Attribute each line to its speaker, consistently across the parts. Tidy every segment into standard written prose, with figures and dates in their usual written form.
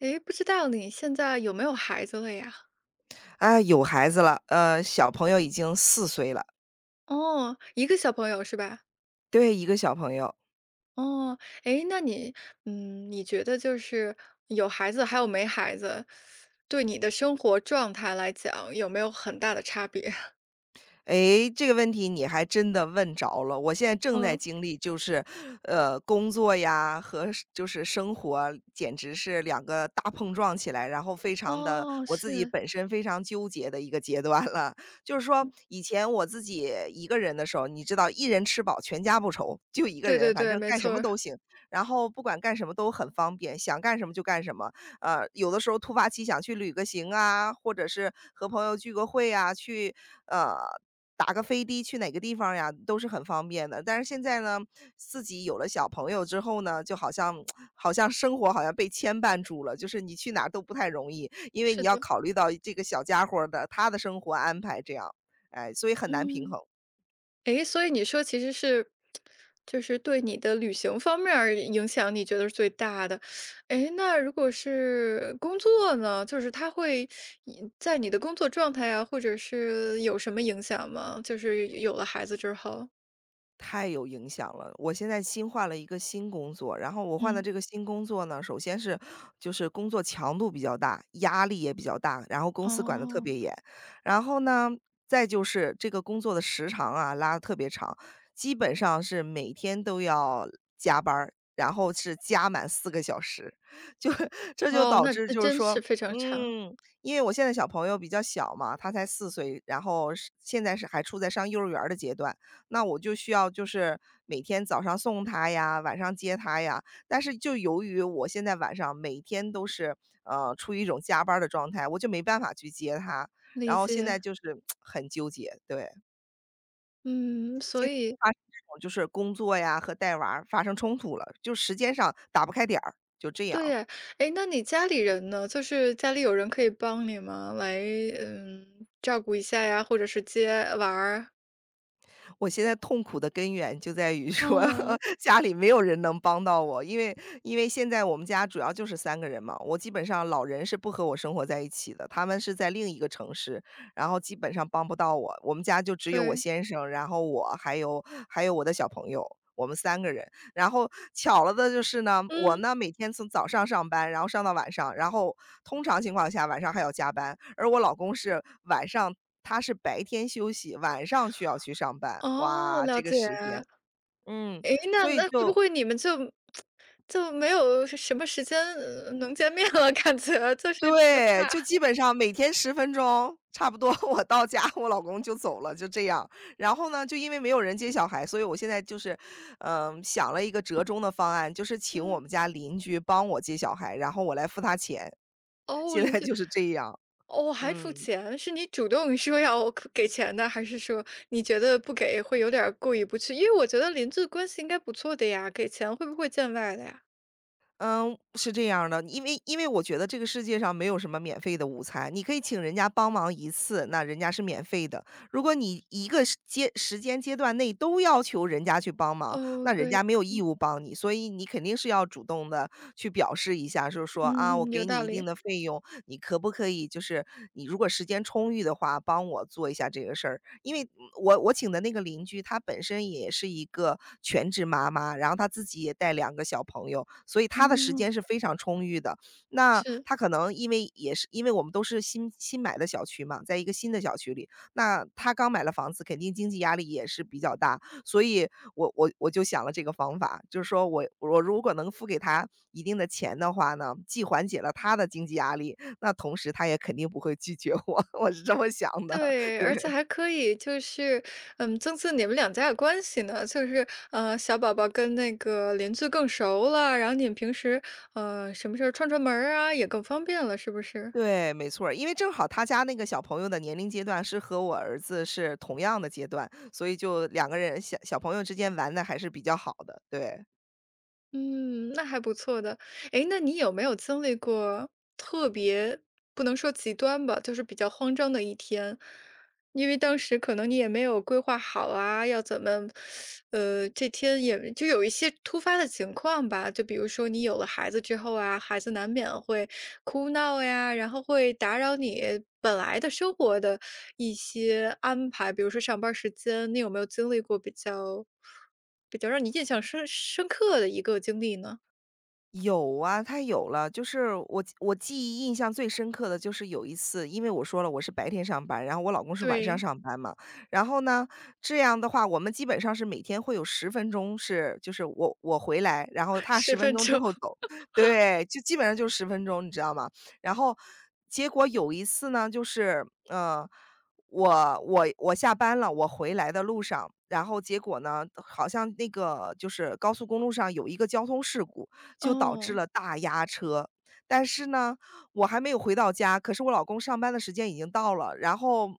Speaker 1: 诶，不知道你现在有没有孩子了呀？
Speaker 2: 啊，有孩子了，小朋友已经四岁了，
Speaker 1: 哦，一个小朋友是吧？
Speaker 2: 对一个小朋友。
Speaker 1: 哦，诶，那你，你觉得就是有孩子还有没孩子，对你的生活状态来讲有没有很大的差别？
Speaker 2: 诶，这个问题你还真的问着了。我现在正在
Speaker 1: 嗯，
Speaker 2: 经历，工作呀和生活，简直是两个大碰撞起来，然后非常的
Speaker 1: 哦，
Speaker 2: 我自己
Speaker 1: 是，
Speaker 2: 本身非常纠结的一个阶段了。就是说，以前我自己一个人的时候，你知道一人吃饱全家不愁，就一个
Speaker 1: 对
Speaker 2: 人，
Speaker 1: 对
Speaker 2: 反
Speaker 1: 对，
Speaker 2: 正
Speaker 1: 没
Speaker 2: 干什
Speaker 1: 错
Speaker 2: 么
Speaker 1: 儿，
Speaker 2: 都行，然后不管干什么都很方便，想干什么就干什么。有的时候突发奇想去旅个行啊，或者是和朋友聚个会啊，去呃打个飞的去哪个地方呀，都是很方便的。但是现在呢，自己有了小朋友之后呢，就好像 好像生活好像被牵绊住了，就是你去哪儿都不太容易，因为
Speaker 1: 是
Speaker 2: 你要
Speaker 1: 的，
Speaker 2: 考虑到这个小家伙儿的他的生活安排这样，哎，所以很难平
Speaker 1: 嗯。
Speaker 2: 衡。
Speaker 1: 诶，所以你说其实是就是对你的旅行方面儿影响你觉得是最大的。诶，那如果是工作呢？就是他会影在你的工作状态啊，或者是有什么影响吗？就是有了孩子之后？
Speaker 2: 太有影响了。我现在新换了一个新工作，然后我换的
Speaker 1: 嗯。
Speaker 2: 这个新工作呢，首先是就是工作强度比较大，压力也比较大，然后公司管得特
Speaker 1: 哦，
Speaker 2: 别严。然后呢，再就是这个工作的时长啊，拉得特别长，基本上是每天都要加班儿，然后是加满4个小时。就这就
Speaker 1: 哦，
Speaker 2: 导
Speaker 1: 那
Speaker 2: 致
Speaker 1: 那
Speaker 2: 就是
Speaker 1: 真
Speaker 2: 说
Speaker 1: 是非常长，
Speaker 2: 嗯，因为我现在小朋友比较小嘛，他才四岁，然后是现在是还处在上幼儿园儿的阶段，那我就需要就是每天早上送他呀，晚上接他呀。但是就由于我现在晚上每天都是，处于一种加班儿的状态，我就没办法去接他。然
Speaker 1: 理
Speaker 2: 后现在
Speaker 1: 解。
Speaker 2: 就是 很纠结，对，
Speaker 1: 嗯，所以
Speaker 2: 发生这种就是工作呀和带娃儿发生冲突了，就时间上打不开点儿，就这
Speaker 1: 对
Speaker 2: 样。
Speaker 1: 呀，诶，那你家里人呢？就是家里有人可以帮你吗？来，嗯，照顾一下呀，或者是接娃儿？
Speaker 2: 我现在痛苦的根源就在于说
Speaker 1: 嗯，
Speaker 2: 家里没有人能帮到我，因为现在我们家主要就是三个人嘛，我基本上老人是不和我生活在一起的，他们是在另一个城市，然后基本上帮不到我。我们家就只有我
Speaker 1: 对。
Speaker 2: 先生，然后我还有我的小朋友，我们三个人。然后巧了的就是呢，我
Speaker 1: 嗯，
Speaker 2: 呢每天从早上上班，然后上到晚上，然后通常情况下晚上还要加班，而我老公是晚上他是白天休息，晚上需要去上班。
Speaker 1: 哦，
Speaker 2: 哇，
Speaker 1: 了
Speaker 2: 这个
Speaker 1: 解。
Speaker 2: 时间，嗯，
Speaker 1: 诶，那
Speaker 2: 所以
Speaker 1: 那会不
Speaker 2: 就
Speaker 1: 会你们就没有是什么时间，能见面了，感觉就是比较
Speaker 2: 对，
Speaker 1: 大。
Speaker 2: 就基本上每天十分钟，差不多 我到家，我老公就走了，就这样。然后呢，就因为没有人接小孩，所以我现在就是，嗯，想了一个折中的方案，就是请我
Speaker 1: 嗯，
Speaker 2: 们家邻居帮我接小孩，然后我来付他钱。
Speaker 1: 哦，
Speaker 2: 现
Speaker 1: 邻
Speaker 2: 在
Speaker 1: 居。
Speaker 2: 就是这样，
Speaker 1: 哦，还付
Speaker 2: 嗯。
Speaker 1: 钱，是你主动说要给钱的，还是说你觉得不给会有点儿过意不去？因为我觉得邻居关系应该不错的呀，给钱会不会见外的呀？
Speaker 2: 嗯，是这样儿的，因为我觉得这个世界上没有什么免费的午餐，你可以请人家帮忙一次，那人家是免费的。如果你一个时间阶段内都要求人家去帮忙，
Speaker 1: 哦，
Speaker 2: 那人
Speaker 1: 对，
Speaker 2: 家没有义务帮你，所以你肯定是要主动的。去表示一下，就是说啊，我
Speaker 1: 嗯，有
Speaker 2: 给
Speaker 1: 道
Speaker 2: 你一定
Speaker 1: 理，
Speaker 2: 的费用，你可不可以就是你如果时间充裕的话，帮我做一下这个事儿？因为嗯我请的那个邻居，她本身也是一个全职妈妈，然后她自己也带两个小朋友，所以她的时
Speaker 1: 哦，
Speaker 2: 间是非常充裕的。那
Speaker 1: 是。
Speaker 2: 她可能因为也是因为我们都是新买的小区嘛，在一个新的小区里，那她刚买了房子，肯定经济压力也是比较大。所以我就想了这个方法，就是说我如果能付给他一定的钱的话呢，既缓解了他的经济压力，那同时他也肯定不会拒绝我，我是这么想的。
Speaker 1: 对，
Speaker 2: 对，
Speaker 1: 而且还可以就是，增进你们两家的关系呢。就是，小宝宝跟那个邻居更熟了，然后你们平时，什么事儿串串门儿啊，也更方便了，是不是？
Speaker 2: 对，没错儿，因为正好他家那个小朋友的年龄阶段是和我儿子是同样的阶段，所以就两个人小朋友之间玩的还是比较好的，对。
Speaker 1: 嗯，那还不错的。诶，那你有没有经历过特别不能说极端吧，就是比较慌张的一天？因为当时可能你也没有规划好啊，要怎么，这天也就有一些突发的情况吧。就比如说你有了孩子之后啊，孩子难免会哭闹呀，然后会打扰你本来的生活的一些安排，比如说上班时间，你有没有经历过比较让你印象深刻的一个经历呢？
Speaker 2: 有啊，他有了。就是我记忆印象最深刻的就是有一次，因为我说了我是白天上班，然后我老公是晚上
Speaker 1: 对。
Speaker 2: 上班嘛。然后呢，这样的话，我们基本上是每天会有十分钟是，就是我回来，然后 他
Speaker 1: 十
Speaker 2: 十分
Speaker 1: 分
Speaker 2: 钟之
Speaker 1: 钟，
Speaker 2: 后走，对，就基本上就十分钟，你知道吗？然后结果有一次呢，就是我下班了，我回来的路上，然后结果呢，好像那个就是高速公路上有一个交通事故，就导致
Speaker 1: 哦，
Speaker 2: 了大压车。但是呢，我还没有回到家，可是我老公上班的时间已经到了，然后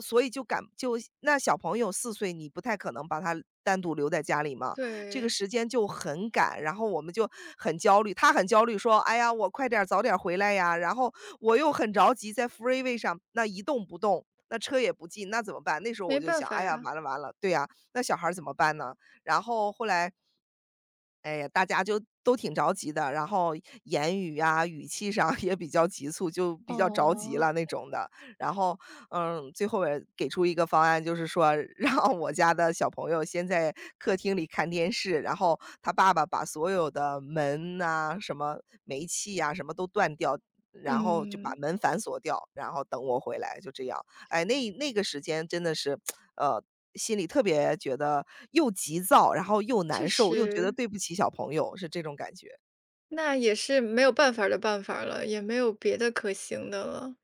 Speaker 2: 所以就那小朋友四岁，你不太可能把他单独留在家里嘛，这个
Speaker 1: 对，
Speaker 2: 时间就很赶，然后我们就很焦虑，他很焦虑说："哎呀，我快点儿早点儿回来呀。"然后我又很着急，在 freeway 上那一动不动，那车也不进，那怎么办？那时候
Speaker 1: 没
Speaker 2: 我就
Speaker 1: 办
Speaker 2: 想：
Speaker 1: 法
Speaker 2: “哎呀，
Speaker 1: 呀，
Speaker 2: 完了完了，对呀，那小孩儿怎么办呢？"然后后来哎呀，大家就都挺着急的，然后言语啊、语气上也比较急促，就比较着急
Speaker 1: 哦，
Speaker 2: 了那种的。然后，嗯，最后也给出一个方案，就是说 让我家的小朋友先在客厅里看电视，然后他爸爸把所有的门呐、什么煤气呀、什么都断掉。然后就把
Speaker 1: 嗯，
Speaker 2: 门反锁掉，然后等我回来，就这样。哎，那那个时间真的是，呃，心里特别觉得又急躁，然后又
Speaker 1: 确
Speaker 2: 难受，又觉得
Speaker 1: 实。
Speaker 2: 对不起小朋友，是这种感觉。
Speaker 1: 那也是没有办法儿的办法儿了，也没有别的可行的了。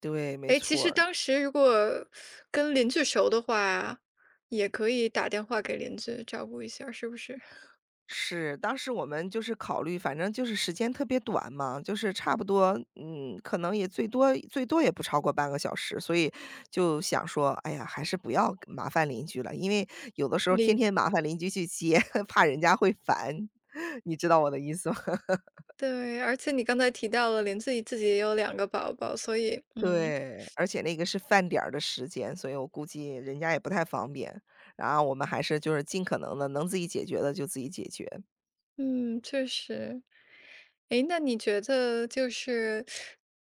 Speaker 2: 对，没
Speaker 1: 哎，其
Speaker 2: 错
Speaker 1: 实
Speaker 2: 儿。
Speaker 1: 当时如果跟邻居熟的话，也可以打电话给邻居照顾一下儿是不是？
Speaker 2: 是，当时我们就是考虑，反正就是时间特别短嘛，就是差不多，嗯，可能也最多最多也不超过半个小时，所以就想说，哎呀，还是不要麻烦邻居了，因为有的时候天
Speaker 1: 你
Speaker 2: 天麻烦邻居去接，怕人家会烦，你知道我的意思吗？
Speaker 1: 对，而且你刚才提到了邻居自己也有两个宝宝，所以嗯
Speaker 2: 对，而且那个是饭点儿的时间，所以我估计人家也不太方便。然后我们还是就是尽可能的能自己解决的就自己解决。
Speaker 1: 嗯，确实。诶，那你觉得就是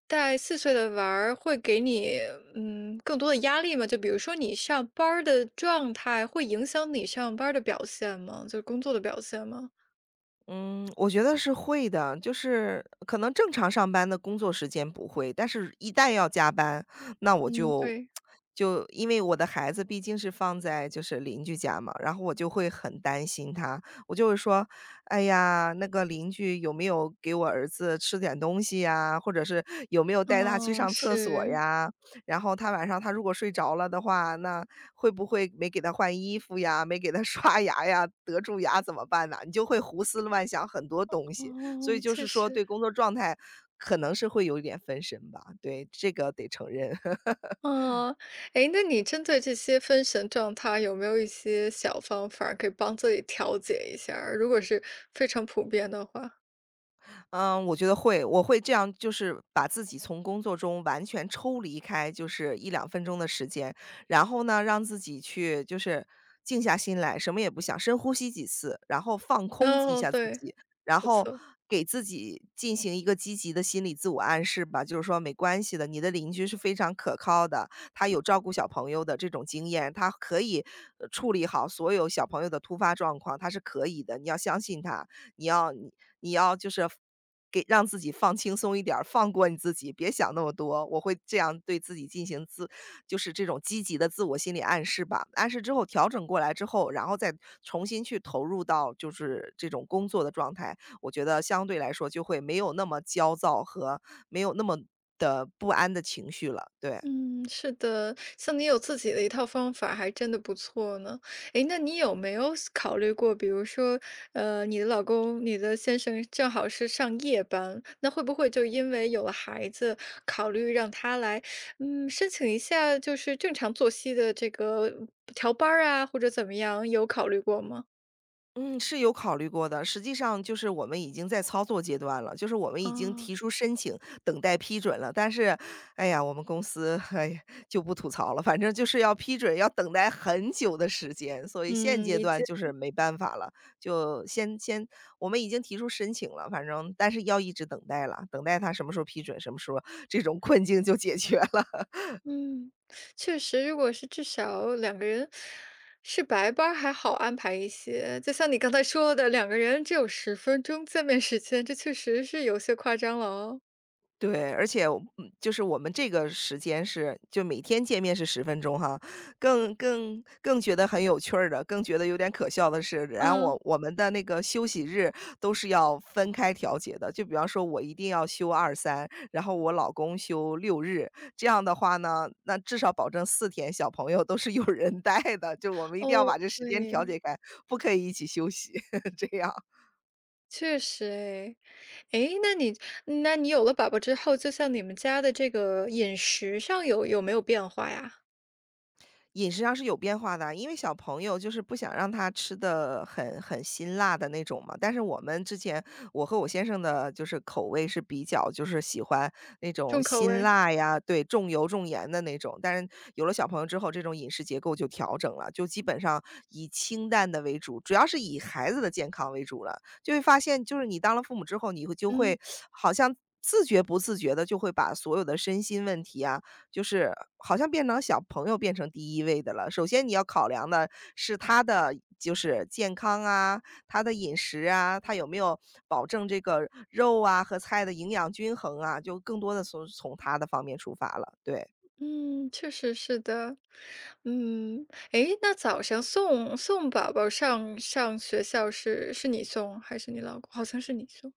Speaker 1: 带四岁的娃儿会给你，更多的压力吗？就比如说你上班儿的状态会影响你上班儿的表现吗？就是工作的表现吗？
Speaker 2: 嗯，我觉得是会的，就是可能正常上班的工作时间不会，但是一旦要加班，那我
Speaker 1: 嗯，
Speaker 2: 就
Speaker 1: 对，
Speaker 2: 就因为我的孩子毕竟是放在就是邻居家嘛，然后我就会很担心他，我就会说，哎呀，那个邻居有没有给我儿子吃点东西呀，或者是有没有带他去
Speaker 1: 哦，
Speaker 2: 上厕所
Speaker 1: 是，
Speaker 2: 呀？然后他晚上他如果睡着了的话，那会不会没给他换衣服呀，没给他 刷牙呀，得蛀牙怎么办呢？你就会胡思乱想很多东西，所以
Speaker 1: 哦，
Speaker 2: 就
Speaker 1: 确
Speaker 2: 是说
Speaker 1: 实，
Speaker 2: 对工作状态可能是会有一点分神吧，对，这个得承认。
Speaker 1: 哦。诶，那你针对这些分神状态有没有一些小方法儿可以帮自己调节一下儿如果是非常普遍的话。
Speaker 2: 嗯，我觉得会，我会这样，就是把自己从工作中完全抽离开，就是一两分钟的时间，然后呢，让自己去就是静下心来，什么也不想，深呼吸几次，然后放空一
Speaker 1: 哦，
Speaker 2: 下自
Speaker 1: 对，
Speaker 2: 己，然
Speaker 1: 不
Speaker 2: 后
Speaker 1: 错。
Speaker 2: 给自己进行一个积极的心理自我暗示吧，就是说没关系的，你的邻居是非常可靠的，他有照顾小朋友的这种经验，他可以处理好所有小朋友的突发状况，他是可以的，你要相信他，你要你要就是给让自己放轻松一点儿，放过你自己，别想那么多。我会这样对自己进行就是这种积极的自我心理暗示吧。暗示之后调整过来之后，然后再重新去投入到就是这种工作的状态，我觉得相对来说就会没有那么焦躁和没有那么的不安的情绪了，对。
Speaker 1: 嗯，是的，像你有自己的一套方法，还真的不错呢。诶，那你有没有考虑过，比如说，你的老公、你的先生正好是上夜班，那会不会就因为有了孩子，考虑让他来，申请一下就是正常作息的这个调班儿啊，或者怎么样，有考虑过吗？
Speaker 2: 嗯，是有考虑过的。实际上就是我们已经在操作阶段了，就是我们已经
Speaker 1: 啊，
Speaker 2: 提出申请，等待批准了。但是，哎呀，我们公司，哎，呀就不吐槽了，反正就是要批准，要等待很久的时间，所以现
Speaker 1: 嗯，
Speaker 2: 阶
Speaker 1: 理
Speaker 2: 段
Speaker 1: 解。
Speaker 2: 就是没办法了，就先我们已经提出申请了，反正但是要一直等待了，等待他什么时候批准，什么时候这种困境就解决了。
Speaker 1: 嗯，确实，如果是至少两个人是白班儿还好安排一些，就像你刚才说的，两个人只有十分钟见面时间，这确实是有些夸张了哦。
Speaker 2: 对，而且我就是我们这个时间是就每天见面是10分钟哈，更觉得很有趣儿的，更觉得有点可笑的是，然后
Speaker 1: 嗯。
Speaker 2: 我们的那个休息日都是要分开调节的。就比方说我一定要休二三，然后我老公休六日，这样的话呢，那至少保证4天小朋友都是有人带的，就我们一定要
Speaker 1: 哦，
Speaker 2: 把这时间调
Speaker 1: 对，
Speaker 2: 节开，不可以一起休息，这样。
Speaker 1: 确实哎。诶，那你有了宝宝之后，就像你们家的这个饮食上有没有变化呀？
Speaker 2: 饮食上是有变化的，因为小朋友就是不想让他吃的很辛辣的那种嘛。但是我们之前，我和我先生的就是口味是比较就是喜欢那种
Speaker 1: 重口
Speaker 2: 辛
Speaker 1: 味，
Speaker 2: 辣呀，对，重油重盐的那种。但是有了小朋友之后，这种饮食结构就调整了，就基本上以清淡的为主，主要是以孩子的健康为主了。就会发现，就是你当了父母之后，你会就
Speaker 1: 嗯。
Speaker 2: 会好像，自觉不自觉的就会把所有的身心问题啊，就是好像变成小朋友变成第一位的了。首先你要考量的是他的就是健康啊，他的饮食啊，他有没有保证这个肉啊和菜的营养均衡啊，就更多的从他的方面出发了，对。
Speaker 1: 嗯，确实是的。嗯，诶，那早上送宝宝上学校是你送还是你老公？好像是你送，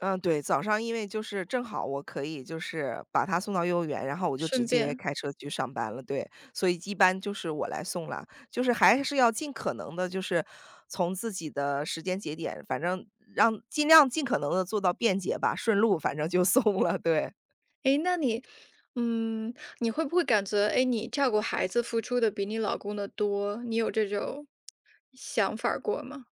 Speaker 2: 嗯，对，早上因为就是正好我可以就是把他送到幼儿园，然后我就直
Speaker 1: 顺
Speaker 2: 接
Speaker 1: 便。
Speaker 2: 开车去上班了，对，所以一般就是我来送了，就是还是要尽可能的，就是从自己的时间节点，反正让尽量尽可能的做到便捷吧，顺路反正就送了，对。
Speaker 1: 诶，那你，嗯，你会不会感觉，诶，你照顾孩子付出的比你老公的多？你有这种想法儿过吗？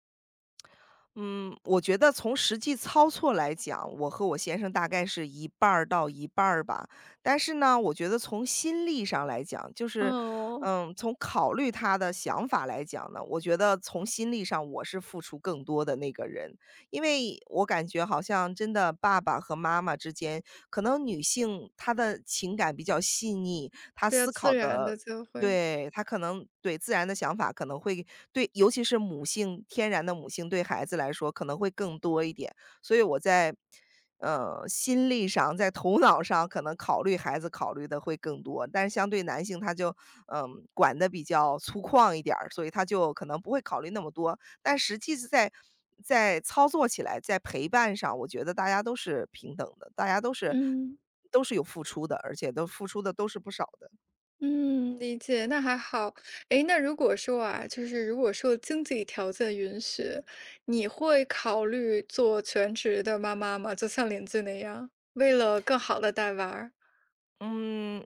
Speaker 2: 嗯，我觉得从实际操作来讲，我和我先生大概是一半儿到一半儿吧。但是呢，我觉得从心力上来讲，就是，
Speaker 1: 哦，
Speaker 2: 嗯，从考虑他的想法来讲呢，我觉得从心力上我是付出更多的那个人，因为我感觉好像真的爸爸和妈妈之间，可能女性她的情感比较细腻，她
Speaker 1: 比较
Speaker 2: 思考
Speaker 1: 自然
Speaker 2: 的
Speaker 1: 的就会，
Speaker 2: 对，他可能对自然的想法可能会对尤其是母性天然的母性对孩子来说可能会更多一点。所以我在，心力上，在头脑上可能考虑孩子考虑的会更多，但是相对男性他就，管的比较粗犷一点儿所以他就可能不会考虑那么多。但实际是在操作起来，在陪伴上，我觉得大家都是平等的，大家都是
Speaker 1: 嗯。
Speaker 2: 都是有付出的，而且都付出的都是不少的。
Speaker 1: 嗯，理解，那还好。诶，那如果说啊，就是如果说经济条件允许，你会考虑做全职的妈妈吗？就像邻居那样，为了更好的带娃儿。
Speaker 2: 嗯，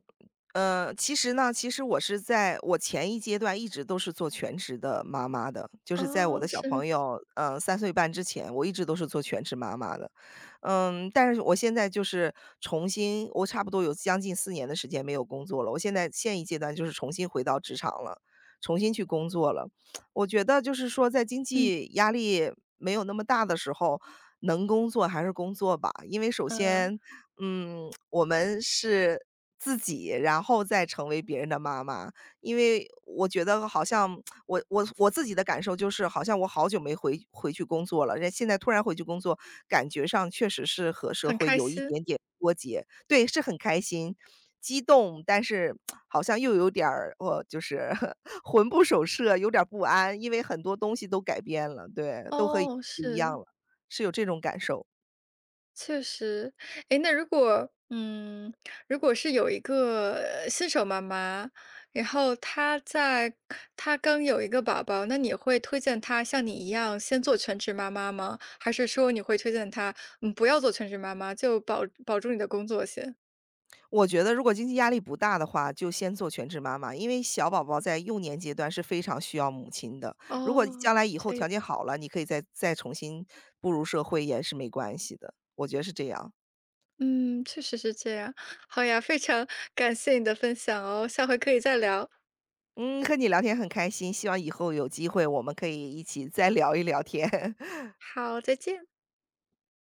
Speaker 2: 其实我是在我前一阶段一直都是做全职的妈妈的，就是在我
Speaker 1: 哦，
Speaker 2: 的小
Speaker 1: 是，
Speaker 2: 朋友，3岁半之前，我一直都是做全职妈妈的。嗯，但是我现在就是我差不多有将近4年的时间没有工作了，我现在一阶段就是重新回到职场了，重新去工作了。我觉得就是说在经
Speaker 1: 嗯，
Speaker 2: 济压力没有那么大的时候，能工作还是工作吧。因为首
Speaker 1: 嗯，
Speaker 2: 先我们是自己，然后再成为别人的妈妈。因为我觉得好像我自己的感受就是，好像我好久没回去工作了，人现在突然回去工作，感觉上确实是和社
Speaker 1: 很
Speaker 2: 会
Speaker 1: 开
Speaker 2: 有一
Speaker 1: 心。
Speaker 2: 点点脱节。对，是很开心、激动，但是好像又有点儿，我就是 魂不守舍，有点儿不安，因为很多东西都改变了，对，都和以前
Speaker 1: 哦，
Speaker 2: 不一样
Speaker 1: 是。
Speaker 2: 了，是有这种感受。
Speaker 1: 确实，诶，那如果是有一个新手妈妈，然后她刚有一个宝宝，那你会推荐她像你一样先做全职妈妈吗？还是说你会推荐她，不要做全职妈妈，就保住你的工作先？
Speaker 2: 我觉得如果经济压力不大的话，就先做全职妈妈，因为小宝宝在幼年阶段是非常需要母亲的。如果
Speaker 1: 哦，
Speaker 2: 将来以后
Speaker 1: 这个
Speaker 2: 条件好了，你可以再重新步入社会也是没关系的，我觉得是这样。
Speaker 1: 嗯，确实是这样。好呀，非常感谢你的分享哦，下回可以再聊。
Speaker 2: 嗯，和你聊天很开心，希望以后有机会我们可以一起再聊一聊天。
Speaker 1: 好，再见。